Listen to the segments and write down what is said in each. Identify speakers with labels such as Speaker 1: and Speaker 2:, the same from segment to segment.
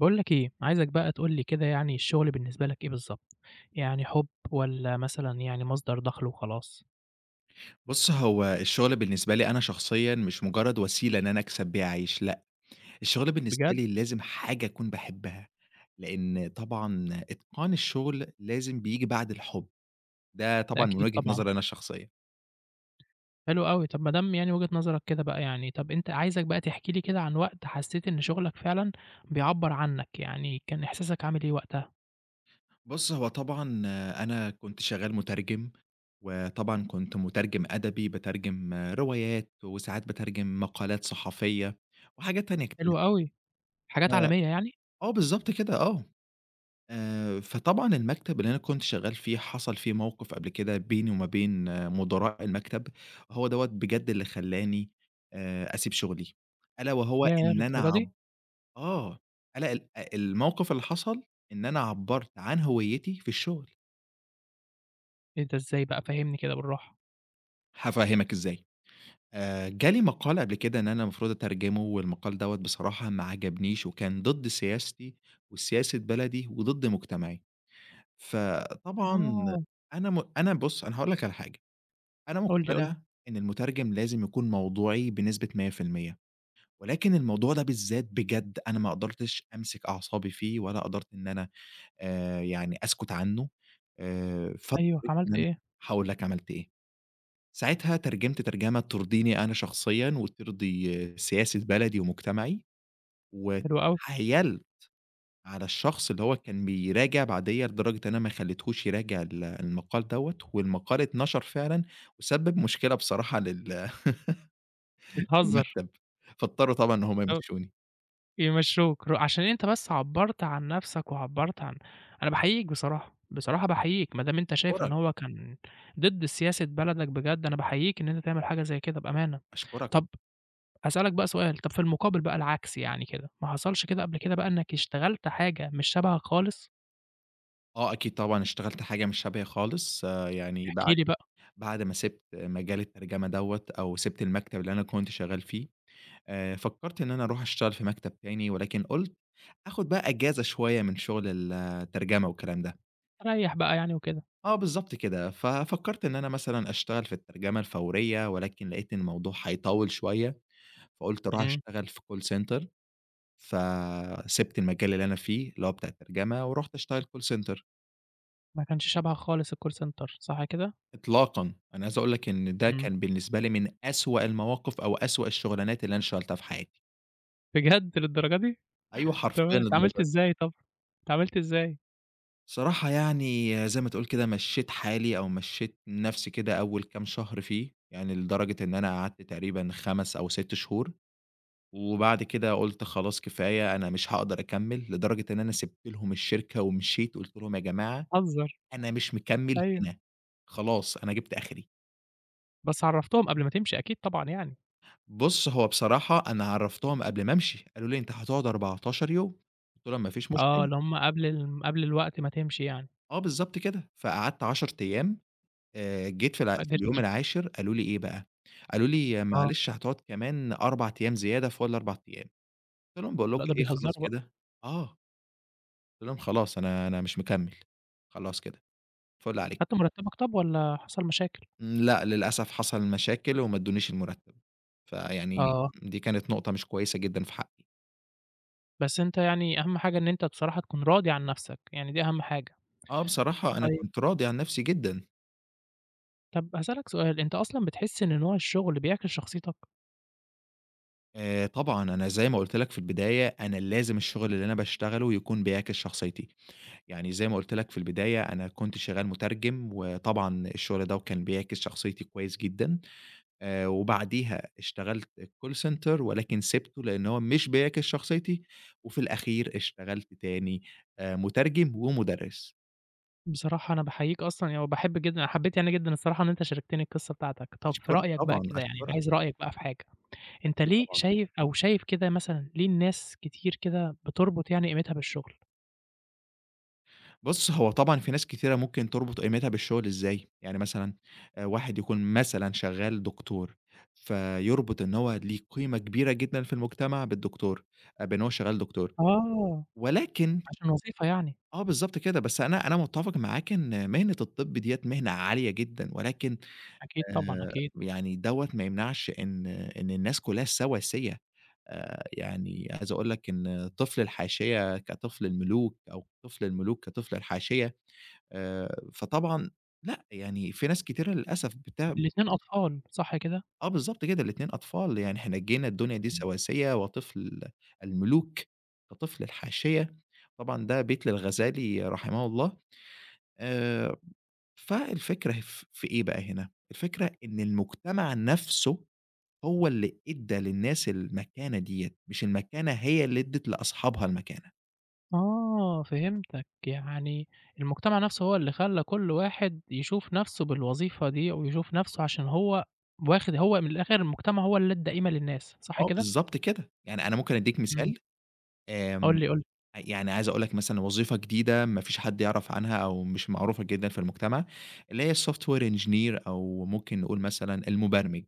Speaker 1: باقول لك إيه، عايزك بقى تقول لي كده يعني الشغل بالنسبة لك إيه بالضبط؟ يعني حُب والّا مثلًا يعني مصدر دخل وخلاص؟
Speaker 2: بُص، هو الشغل بالنسبة لي أنا شخصيًا مش مجرد وسيلة إن أنا أكسب بيها عيش، لأ، الشغل بالنسبة
Speaker 1: بجد؟
Speaker 2: لي لازم حاجة أكون باحبها، لإن طبعًا إتقان الشغل لازم بييجي بعد الحب، ده
Speaker 1: ده
Speaker 2: طبعًا من
Speaker 1: أكيد
Speaker 2: وجهة
Speaker 1: طبعًا،
Speaker 2: نظري أنا الشخصية.
Speaker 1: حلو أوي، طب ما دام يعني وجهة نظرك كده بقى يعني، طب عايزك بقى تحكي لي كده عن وقت حسيت إن شغلك فعلًا بيعبّر عنك، يعني كان إحساسك عامل إيه وقتها؟
Speaker 2: بُص، هو طبعًا أنا كنت شغال مترجم، وطبعًا كنت مترجم أدبي، باترجم روايات، وساعات باترجم مقالات صحفية، وحاجات تانية كتير.
Speaker 1: حلو أوي،
Speaker 2: ف
Speaker 1: حاجات عالمية يعني؟
Speaker 2: آه، بالضبط كده، آه. فطبعًا المكتب اللي أنا كنت شغال فيه حصل فيه موقف قبل كده بيني وما بين مدراء المكتب، هو دوّة بجد اللي خلّاني أسيب شغلي، ألا وهو
Speaker 1: ياه!
Speaker 2: إن أنا
Speaker 1: للدرجة دي!
Speaker 2: عب آه، ألا ال آه، الموقف اللي حصل إن أنا عبّرت عن هويتي في الشغل،
Speaker 1: إيه ده إزاي بقى فهّمني كده بالراحة.
Speaker 2: هافهّمك إزاي، جالي مقال قبل كده إن أنا المفروض أترجمه والمقال دوّة بصراحة ما عجبنيش وكان ضد سياستي وسياسة بلدي وضد مجتمعي، فطبعًا
Speaker 1: آه،
Speaker 2: أنا هاقول لك على حاجة أنا
Speaker 1: قُل لي، قُل لي،
Speaker 2: مقتنع إن المترجم لازم يكون موضوعي بنسبة 100% ولكن الموضوع ده بالذات بجد أنا ما قدرتش أمسك أعصابي فيه ولا قدرت إن أنا يعني أسكت عنه،
Speaker 1: أيوه،
Speaker 2: فاضطريت إن
Speaker 1: عملت
Speaker 2: أنا
Speaker 1: إيه؟
Speaker 2: هاقول لك عملت إيه، ساعتها ترجمت ترجمة ترضيني أنا شخصيًا وترضي سياسة بلدي ومجتمعي،
Speaker 1: حلو أوي،
Speaker 2: واتحايلت على الشخص اللي هو كان بيراجع بعديّا لدرجة إن أنا ما خليتهوش يراجع المقال دوّة، والمقال اتنشر فعلًا وسبب مشكلة بصراحة
Speaker 1: بتهزر!
Speaker 2: المكتب، فاضطروا طبعًا إن هم
Speaker 1: أو
Speaker 2: يمشّوني.
Speaker 1: يمشّوك عشان أنت بس عبّرت عن نَفْسك وعبّرت عن أنا باحييك بصراحة، بصراحة باحييك، ما دام أنت شايف إن
Speaker 2: أشكرك،
Speaker 1: هو كان ضد سياسة بلدك بجد، أنا باحييك إن أنت تعمل حاجة زي كده بأمانة.
Speaker 2: أشكرك.
Speaker 1: طَب هاسألك بقى سؤال، طَب في المقابل بقى العكس يعني كده، ما حصلش كده قبل كده بقى إنّك اشتغلت حاجة مش شبهك خالص؟
Speaker 2: آه أكيد طبعًا اشتغلت حاجة مش شبهي خالص، يعني
Speaker 1: احكِ
Speaker 2: بعد
Speaker 1: لي بقى،
Speaker 2: بعد ما سِبت مجال الترجمة دوّة أو سِبت المكتب اللي أنا كنت شغال فيه، فكّرت إن أنا أروح أشتغل في مكتب تاني، ولكن قُلت آخُد بقى إجازة شوية من شغل الترجمة والكلام ده.
Speaker 1: ريّح بقى يعني وكده.
Speaker 2: آه بالضبط كده، ففكّرت إن أنا مثلًا أشتغل في الترجمة الفورية، ولكن لقيت إن الموضوع هيطوّل شوية، فقُلت أروح
Speaker 1: إمم.
Speaker 2: أشتغل في call center. فسِبت المجال اللي أنا فيه، اللي هو بتاع الترجمة، ورُحت أشتغل call center.
Speaker 1: ما كانش شبهك خالص الcall center صح كده؟
Speaker 2: إطلاقًا. أنا عايز أقول لك إن ده
Speaker 1: إمم.
Speaker 2: كان بالنسبة لي من أسوأ المواقف أو أسوأ الشغلانات اللي أنا اشتغلتها في حياتي.
Speaker 1: بجد للدرجة دي!
Speaker 2: أيوه
Speaker 1: تمام،
Speaker 2: حرفيًا للدرجة
Speaker 1: اتعاملت
Speaker 2: دي.
Speaker 1: إزاي طَب، اتعاملت إزاي؟
Speaker 2: بصراحة يعني زي ما تقول كده مشّيت حالي أو مشّيت نَفْسي كده أول كام شهر فيه، يعني لدرجة إن أنا قعدت تقريبًا 5 أو 6 شهور، وبعد كده قُلت خلاص كفاية أنا مش هاقدر أكمّل، لدرجة إن أنا سِبت لهم الشركة ومشيت، قُلت لهم: "يا جماعة
Speaker 1: بتهزر،
Speaker 2: أنا مش مكمّل
Speaker 1: أيوه.
Speaker 2: هنا، خلاص أنا جِبت آخري."
Speaker 1: بس عرّفتهم قبل ما تمشي أكيد طبعًا يعني،
Speaker 2: بُص، هو بصراحة أنا عرّفتهم قبل ما أمشي، قالوا لي: "أنت هتقعد 14 يوم." قُلت لهم: "ما فيش
Speaker 1: آه،
Speaker 2: مشكلة."
Speaker 1: اللي هُم قبل الوقت ما تمشي يعني،
Speaker 2: آه، بالضبط كده. فقعدت 10 أيام، جيت في الع
Speaker 1: ما
Speaker 2: في اليوم
Speaker 1: قدرتش بقى
Speaker 2: العاشر قالوا لي إيه بقى، قالوا لي:
Speaker 1: آه،
Speaker 2: "معلش هتقعد كمان 4 أيام زيادة فوق ال4 أيام." قُلت لهم: "باقول لكم
Speaker 1: لأ ده
Speaker 2: إيه، خلاص
Speaker 1: بيهزروا بقى،
Speaker 2: كده." آه، قُلت لهم: "خلاص أنا مش مكمّل، خلاص كده، فُل عليكم."
Speaker 1: خدت مرتبك طب والّا حصل مشاكل؟
Speaker 2: لأ، للأسف حصل مشاكل وما ادّونيش المُرتّب، فيعني
Speaker 1: آه،
Speaker 2: دي كانت نقطة مش كويسة جدًا في حقي.
Speaker 1: بس أنت يعني أهم حاجة إن أنت بصراحة تكون راضي عن نفْسك، يعني دي أهم حاجة.
Speaker 2: آه، بصراحة أنا
Speaker 1: طيب،
Speaker 2: كنت راضي عن نفسي جدًا،
Speaker 1: طب هاسألك سؤال، أنت أصلًا بتحس إن نوع الشغل بيعكس شخصيتك؟
Speaker 2: طبعًا أنا زي ما قُلت لك في البداية أنا لازم الشغل اللي أنا باشتغله يكون بيعكس شخصيتي، يعني زي ما قُلت لك في البداية أنا كنت شغال مترجم، وطبعًا الشغل ده وكان بيعكس شخصيتي كويس جدًا، وبعديها اشتغلت call center ولكن سِبته لأن هو مش بيعكس شخصيتي، وفي الأخير اشتغلت تاني مترجم ومُدرس.
Speaker 1: بصراحة أنا باحييك أصلًا يعني وباحب جدًا أنا حبيت يعني جدًا الصراحة إن أنت شاركتني القصة بتاعتك. طب في
Speaker 2: أشكرك
Speaker 1: رأيك بقى
Speaker 2: طبعًا،
Speaker 1: كده يعني
Speaker 2: أشكرك،
Speaker 1: عايز رأيك بقى في حاجة، أنت
Speaker 2: أكيد
Speaker 1: ليه
Speaker 2: طبعًا.
Speaker 1: شايف أو شايف كده مثلًا ليه الناس كتير كده بتربط يعني قيمتها بالشغل؟
Speaker 2: بُص، هو طبعًا في ناس كتيرة ممكن تربط قيمتها بالشغل إزاي، يعني مثلًا واحد يكون مثلًا شغال دكتور، فيربط إن هو ليه قيمة كبيرة جدًا في المجتمع بالدكتور، بإن هو شغال دكتور،
Speaker 1: آه،
Speaker 2: ولكن
Speaker 1: عشان وظيفة يعني،
Speaker 2: آه بالضبط كده، بس أنا متّفق معاك إن مهنة الطب ديّة مهنة عالية جدًا، ولكن
Speaker 1: أكيد طبعًا
Speaker 2: آآ
Speaker 1: أكيد،
Speaker 2: يعني دوّة ما يمنعش إن الناس كلها سواسية، يعني عايز أقول لك إن طفل الحاشية كطفل الملوك أو طفل الملوك كطفل الحاشية. فطبعًا لأ، يعني في ناس كتيرة للأسف
Speaker 1: الاتنين أطفال صح كده؟
Speaker 2: آه بالضبط كده، الاتنين أطفال، يعني إحنا جينا الدنيا دي
Speaker 1: إمم.
Speaker 2: سواسية وطفل الملوك كطفل الحاشية، طبعًا ده بيت للغزالي رحمه الله، آآ، فالفكرة في إيه بقى هنا، الفكرة إن المجتمع نَفْسه هو اللي إدّى للناس المكانة ديّة، مش المكانة هي اللي إدّت لأصحابها المكانة.
Speaker 1: آه، فهمتك، يعني المجتمع نفسه هو اللي خلّى كل واحد يشوف نفسه بالوظيفة دي، ويشوف نفسه عشان هو واخد هو من الآخر المجتمع هو اللي ادّى قيمة للناس، صح
Speaker 2: آه
Speaker 1: كده؟
Speaker 2: بالضبط كده، يعني أنا ممكن أدّيك
Speaker 1: إمم،
Speaker 2: مثال، آمم
Speaker 1: قُل لي، قُل لي،
Speaker 2: يعني عايز أقول لك مثلًا وظيفة جديدة ما فيش حد يعرف عنها أو مش معروفة جدًا في المجتمع، اللي هي الsoftware engineer أو ممكن نقول مثلًا المبرمج،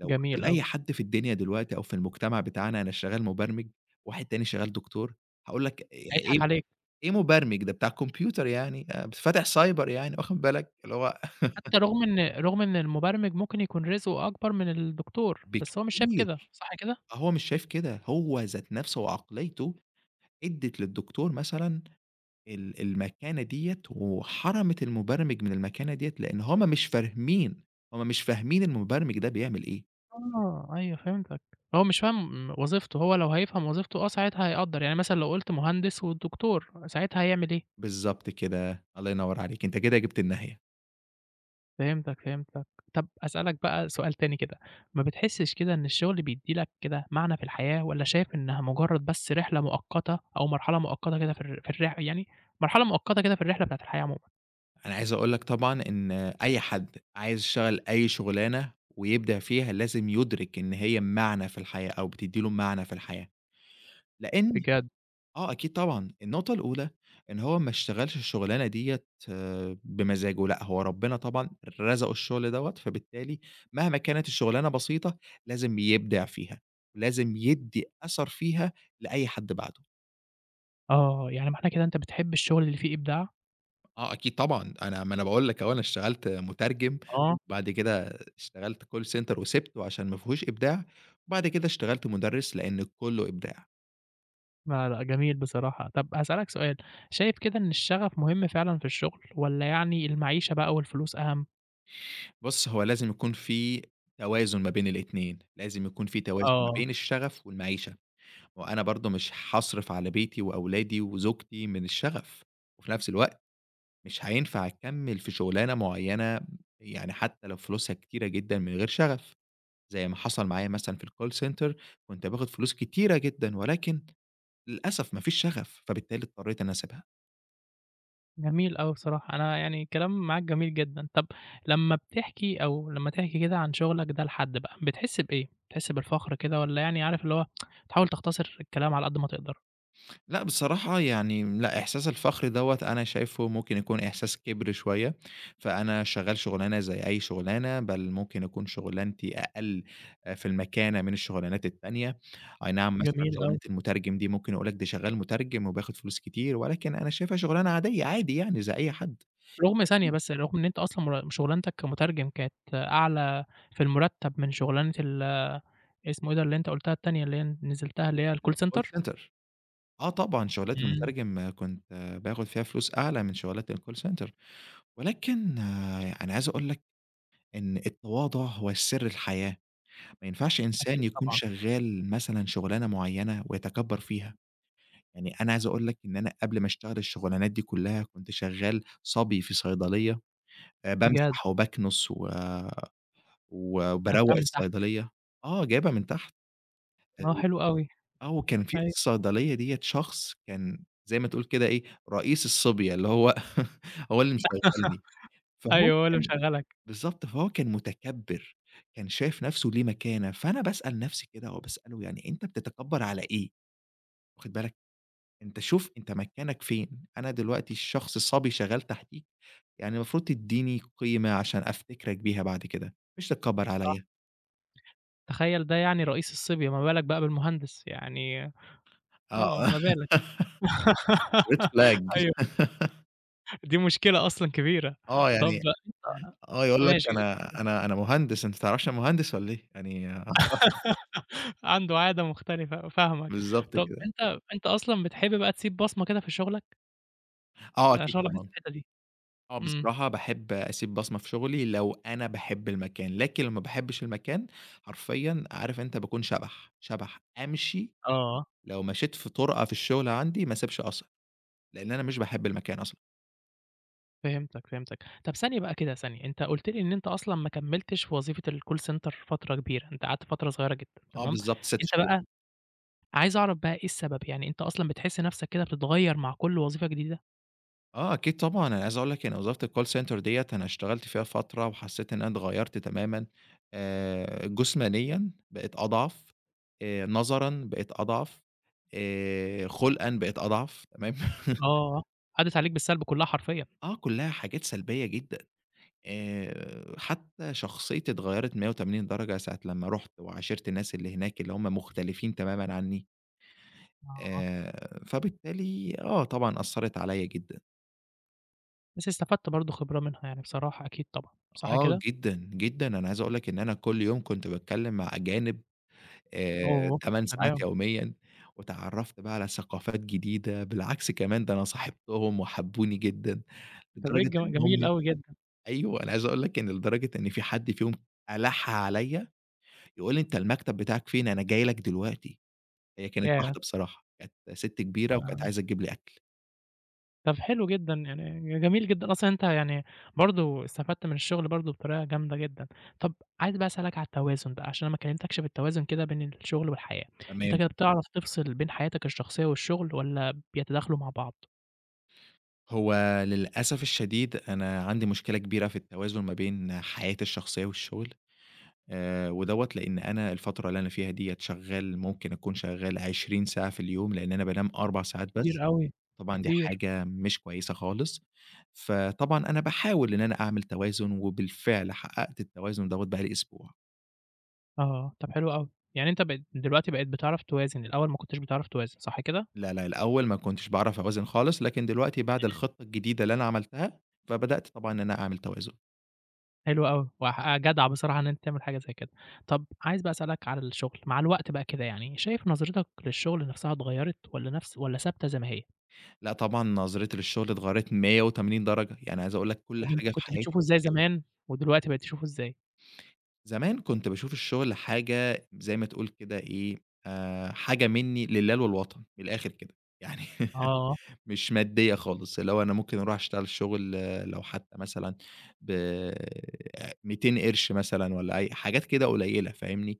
Speaker 2: لو
Speaker 1: جميل
Speaker 2: قُلت
Speaker 1: أوي،
Speaker 2: لأي حد في الدنيا دلوقتي أو في المجتمع بتاعنا أنا شغّال مبرمج، واحد تاني شغّال دكتور، هاقول لك إيه
Speaker 1: هيضحك عليك،
Speaker 2: إيه مبرمج ده بتاع كمبيوتر يعني فاتح سايبر يعني واخد بالك، اللي هو
Speaker 1: حتى رغم إن المبرمج ممكن يكون رزقه أكبر من الدكتور، بس هو مش شايف كده،
Speaker 2: بكتير،
Speaker 1: صح كده؟
Speaker 2: هو مش شايف كده، هو ذات نفسه وعقليته ادّت للدكتور مثلًا المكانة ديّة وحرمِت المُبرمِج من المكانة ديّة، لإن هُم مش فاهمين، هُم مش فاهمين المُبرمِج ده بيعمل إيه.
Speaker 1: آه، أيوه فهمتك. هو مش فاهم وظيفته، هو لو هيفهم وظيفته آه، ساعتها هيقدّر، يعني مثلًا لو قُلت مهندس ودكتور ساعتها هيعمل إيه؟
Speaker 2: بالضبط كده، الله ينوّر عليكِ، أنتِ كده جِبتِ النهاية.
Speaker 1: فهمتك، فهمتك. طَب أسألك بقى سؤال تاني كده، ما بتحسّش كده إن الشغل بيدّي لك كده معنى في الحياة والّا شايف إنها مجرّد بس رحلة مؤقتة أو مرحلة مؤقتة كده في الر في الرح يعني مرحلة مؤقتة كده في الرحلة بتاعة الحياة عمومًا؟
Speaker 2: أنا عايز أقول لك طبعًا إن أي حد عايز يشتغل أي شُغلانة ويبدع فيها لازم يُدرِك إن هي معنى في الحياة أو بتدّي له معنى في الحياة، لإن
Speaker 1: بجد؟
Speaker 2: آه أكيد طبعًا، النقطة الأولى إن هو ما اشتغلش الشغلانة ديّة بمزاجه، لأ هو ربنا طبعًا رزقه الشغل دوّة، فبالتالي مهما كانت الشغلانة بسيطة لازم يبدع فيها، ولازم يدّي أثر فيها لأي حد بعده.
Speaker 1: آه، يعني معنى كده أنت بتحب الشغل اللي فيه إبداع؟
Speaker 2: آه أكيد طبعًا، أنا ما أنا باقول لك أهو أنا اشتغلت مترجم،
Speaker 1: آه.
Speaker 2: وبعد كده اشتغلت call center وسِبته عشان ما فيهوش إبداع، وبعد كده اشتغلت مدرس لإن كُلّه إبداع.
Speaker 1: لا، لأ، جميل بصراحة. طب هاسألك سؤال، شايف كده إن الشغف مهم فعلًا في الشغل والّا يعني المعيشة بقى والفلوس أهم؟
Speaker 2: بُص، هو لازم يكون في توازن ما بين الاتنين، لازم يكون في توازن ما
Speaker 1: آه،
Speaker 2: بين الشغف والمعيشة، ما هو أنا برضه مش هاصرف على بيتي وأولادي وزوجتي من الشغف، وفي نفس الوقت مش هينفع أكمّل في شغلانة معيّنة يعني حتى لو فلوسها كتيرة جدًا من غير شغف، زي ما حصل معايا مثلًا في الcall center كنت باخد فلوس كتيرة جدًا، ولكن للأسف ما فيش شغف، فبالتالي اضطريت إن أنا أسيبها.
Speaker 1: جميل أوي بصراحة، أنا يعني الكلام معاك جميل جدًا. طب لمّا بتحكي أو لمّا تحكي كده عن شغلك ده لحد بقى، بتحس بإيه؟ بتحس بالفخر كده والّا يعني عارف اللي هو بتحاول تختصر الكلام على قد ما تقدر؟
Speaker 2: لأ بصراحة يعني لأ، إحساس الفخر دوّة أنا شايفه ممكن يكون إحساس كِبر شوية، فأنا شغّال شغلانة زي أي شغلانة، بل ممكن يكون شغلانتي أقل آه، في المكانة من الشغلانات التانية، أي نعم. إمم. مثلًا
Speaker 1: جميل
Speaker 2: شغلانة
Speaker 1: أوي.
Speaker 2: المترجم دي ممكن أقول لك ده شغّال مترجم وبياخد فلوس كتير، ولكن أنا شايفها شغلانة عادية، عادي يعني زي أي حد.
Speaker 1: رغم
Speaker 2: إمم.
Speaker 1: ثانية بس، رغم إن أنت أصلًا شغلانتك كمترجم كانت أعلى في المرتب من شغلانة ال اسمه إيه ده اللي أنت قُلتها التانية اللي هي نزلتها اللي هي الcall
Speaker 2: الcall
Speaker 1: center؟
Speaker 2: center آه طبعًا شغلانة
Speaker 1: إمم.
Speaker 2: المترجم آه، كنت آه، باخد فيها فلوس أعلى من شغلانة الcall center، ولكن آه، أنا عايز أقول لك إن التواضع هو سر الحياة. ما ينفعش
Speaker 1: أكيد
Speaker 2: إنسان يكون
Speaker 1: طبعًا،
Speaker 2: شغال مثلًا شغلانة معيّنة ويتكبّر فيها، يعني أنا عايز أقول لك إن أنا قبل ما أشتغل الشغلانات دي كلّها كنت شغال صبي في صيدلية،
Speaker 1: بجد!
Speaker 2: بامسح وباكنس و
Speaker 1: خدتها
Speaker 2: وباروّق
Speaker 1: من تحت،
Speaker 2: الصيدلية، آه جايبها من تحت،
Speaker 1: آه حلو أوي،
Speaker 2: آه وكان في
Speaker 1: أيوه،
Speaker 2: الصيدلية ديّة شخص كان زي ما تقول كده إيه، رئيس الصبية اللي هو هو اللي مشغّلني، فهو
Speaker 1: أيوه هو اللي
Speaker 2: كان
Speaker 1: مشغّلك،
Speaker 2: بالضبط، فهو كان متكبّر، كان شايف نَفْسه ليه مكانة، فأنا باسأل نَفْسي كده وباسأله يعني أنت بتتكبّر على إيه؟ واخد بالك، أنت شوف أنت مكانك فين، أنا دلوقتي الشخص صبي شغال تحتيك، يعني المفروض تدّيني قيمة عشان أفتكرك بيها بعد كده، مش تتكبّر
Speaker 1: صح،
Speaker 2: عليَّ.
Speaker 1: تخيّل ده يعني رئيس الصبية، ما بالك بقى بالمهندس، يعني
Speaker 2: آه،
Speaker 1: آه، ما بالك
Speaker 2: red flag.
Speaker 1: أيوه، دي مشكلة أصلًا كبيرة،
Speaker 2: آه،
Speaker 1: طب
Speaker 2: يعني
Speaker 1: أنت
Speaker 2: آه، يقول لك
Speaker 1: ماشي
Speaker 2: أنا مهندس، أنت ما تعرفش أنا مهندس والّا إيه؟ يعني آه،
Speaker 1: عنده عادة مختلفة، فاهمك،
Speaker 2: بالضبط
Speaker 1: طب
Speaker 2: كده.
Speaker 1: أنت أصلًا بتحب بقى تسيب بصمة كده في شغلك؟
Speaker 2: آه،
Speaker 1: أنا
Speaker 2: أكيد
Speaker 1: عشان ألاحظت
Speaker 2: طبعًا.
Speaker 1: الحتّة دي،
Speaker 2: آه،
Speaker 1: إمم.
Speaker 2: بصراحة باحب أسيب بصمة في شغلي لو أنا باحب المكان، لكن لو ما باحبش المكان حرفيًا عارف أنت باكون شبح، شبح، أمشي
Speaker 1: آه.
Speaker 2: لو مشيت في طرقة في الشغل عندي ما اسيبش أثر. لإن أنا مش باحب المكان أصلًا.
Speaker 1: فهمتك، فهمتك. طب ثانية بقى كده، ثانية، أنت قُلت لي إن أنت أصلًا ما كمّلتش في وظيفة الcall center فترة كبيرة، أنت قعدت فترة صغيرة جدًا،
Speaker 2: آه
Speaker 1: تمام؟
Speaker 2: بالضبط 6
Speaker 1: أنت
Speaker 2: شهور.
Speaker 1: بقى عايز أعرف بقى إيه السبب، يعني أنت أصلًا بتحس نَفْسك كده بتتغيّر مع كل وظيفة جديدة؟
Speaker 2: آه أكيد طبعًا، أنا عايز أقول لك إن وظيفة الcall center ديّة أنا اشتغلت فيها فترة وحسّيت إن أنا اتغيّرت تمامًا، جسمانيًا بقيت أضعف، نظرًا بقيت أضعف، خُلقًا بقيت أضعف، تمام؟
Speaker 1: آه، عدِّت عليك بالسلب كلّها حرفيًا،
Speaker 2: آه، كُلّها حاجات سلبية جدًا. حتّى شخصيتي اتغيّرت 180 درجة ساعة لمّا رُحت وعاشرت الناس اللي هناك اللي هم مختلفين تمامًا عنّي،
Speaker 1: آه،
Speaker 2: فبالتالي آه طبعًا أثّرت عليّا جدًا.
Speaker 1: بس استفدت برضه خبرة منها يعني بصراحة أكيد طبعًا، صح
Speaker 2: آه
Speaker 1: كده؟
Speaker 2: جدًا، جدًا، أنا عايز أقول لك إن أنا كل يوم كنت باتكلم مع أجانب
Speaker 1: أوه!
Speaker 2: 8 ساعات
Speaker 1: سلام،
Speaker 2: يوميًا، واتعرّفت بقى على ثقافات جديدة، بالعكس كمان ده أنا صاحبتهم وحبوني جدًا،
Speaker 1: طب إيه
Speaker 2: لدرجة
Speaker 1: الج
Speaker 2: إن
Speaker 1: جميل
Speaker 2: هم
Speaker 1: أوي جدًا،
Speaker 2: أيوه، أنا عايز أقول لك إن لدرجة إن في حد فيهم ألَح عليَّ يقول لي: "أنت المكتب بتاعك فين؟ أنا جاي لك دلوقتي." هي كانت
Speaker 1: ياه!
Speaker 2: واحدة بصراحة، كانت سِت كبيرة وكانت عايزة تجيب لي أكل.
Speaker 1: طب حلو جدًا، يعني جميل جدًا، أصلًا أنت يعني برضه استفدت من الشغل برضه بطريقة جامدة جدًا. طب عايز بقى أسألك على التوازن بقى، عشان أنا ما كلمتكش في التوازن كده بين الشغل والحياة، أنت
Speaker 2: تمام.
Speaker 1: كده بتعرف تفصل بين حياتك الشخصية والشغل والّا بيتداخلوا مع بعض؟
Speaker 2: هو للأسف الشديد أنا عندي مشكلة كبيرة في التوازن ما بين حياتي الشخصية والشغل. ودوّة لإن أنا الفترة اللي أنا فيها ديّة شغّال ممكن أكون شغّال 20 ساعة في اليوم، لإن أنا بانام 4 ساعات بس،
Speaker 1: كتير أوي،
Speaker 2: طبعًا دي
Speaker 1: كتير،
Speaker 2: حاجة مش كويسة خالص، فطبعًا أنا باحاول إن أنا أعمل توازن، وبالفعل حققت التوازن دوّة بقى لي أسبوع.
Speaker 1: آه، طب حلو أوي، يعني أنت بقيت دلوقتي بقيت بتعرف توازن، الأول ما كنتش بتعرف توازن، صح كده؟
Speaker 2: لا، لا، الأول ما كنتش باعرف أوازن خالص، لكن دلوقتي بعد الخطة الجديدة اللي أنا عملتها، فبدأت طبعًا إن أنا أعمل توازن.
Speaker 1: حلو أوي، وح آه، جدع بصراحة إن أنت تعمل حاجة زي كده. طب عايز بقى أسألك على الشغل، مع الوقت بقى كده يعني، شايف نظرتك للشغل نفسها اتغيّرت والّا ثابتة زي ما هي؟
Speaker 2: لأ طبعًا نظرتي للشغل اتغيّرت 180 درجة، يعني عايز أقول لك كل
Speaker 1: طب أنت
Speaker 2: حاجة في
Speaker 1: كنت
Speaker 2: حياتي
Speaker 1: بتشوفه إزاي زمان ودلوقتي بقيت تشوفه إزاي؟
Speaker 2: زمان كنت باشوف الشغل حاجة زي ما تقول كده إيه، حاجة منّي لله وللوطن، من الآخر كده. يعني
Speaker 1: آه،
Speaker 2: مش مادية خالص، اللي هو أنا ممكن أروح أشتغل شغل آه، لو حتى مثلًا ب 200 قرش مثلًا والّا أي حاجات كده قليّلة فاهمني،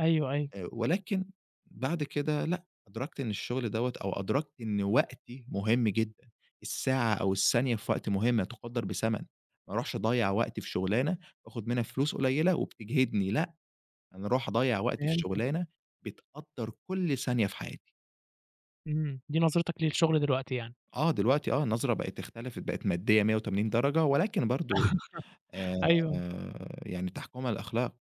Speaker 1: أيوه، أيوه،
Speaker 2: ولكن بعد كده لأ، أدركت إن الشغل دوّة أو أدركت إن وقتي مهم جدًا، الساعة أو الثانية في وقتي مهمة تُقدّر بثمن، ما أروحش أضيّع وقتي في شغلانة باخد منها فلوس قليّلة وبتجهدني لأ، أنا أروح أضيّع وقتي في
Speaker 1: فهمتك،
Speaker 2: شغلانة بتقدّر كل ثانية في حياتي.
Speaker 1: إمم، دي نظرتك للشغل دلوقتي يعني،
Speaker 2: آه، دلوقتي آه، النظرة بقت اختلفت، بقت مادية 180 درجة، ولكن برضه آآ،
Speaker 1: أيوه،
Speaker 2: يعني تحكمها الأخلاق.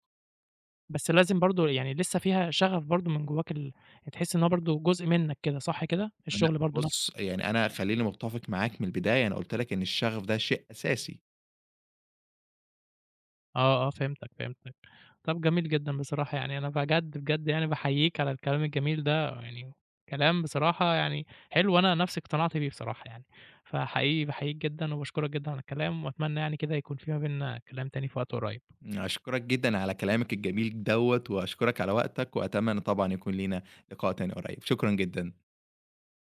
Speaker 1: بس لازم برضه يعني لسه فيها شغف برضه من جواك ال تحس إن هو برضه جزء منك كده، صح كده؟
Speaker 2: لأ،
Speaker 1: الشغل برضه نفسه.
Speaker 2: بُص، يعني أنا خلّيني متّفق معاك من البداية، أنا قُلت لك إن الشغف ده شيء أساسي.
Speaker 1: آه، آه، فهمتك، فهمتك. طَب جميل جدًا بصراحة، يعني أنا بجد، بجد يعني باحييك على الكلام الجميل ده، يعني كلام بصراحة يعني حلو، أنا نَفْسي اقتنعت بيه بصراحة يعني، فحقيقي باحييك جدًا وباشكرك جدًا على الكلام، وأتمنى يعني كده يكون في ما بيننا كلام تاني في وقت قريب.
Speaker 2: أشكرك جدًا على كلامك الجميل دوّة، وأشكرك على وقتك، وأتمنى طبعًا يكون لينا لقاء تاني قريب. شكرًا جدًا.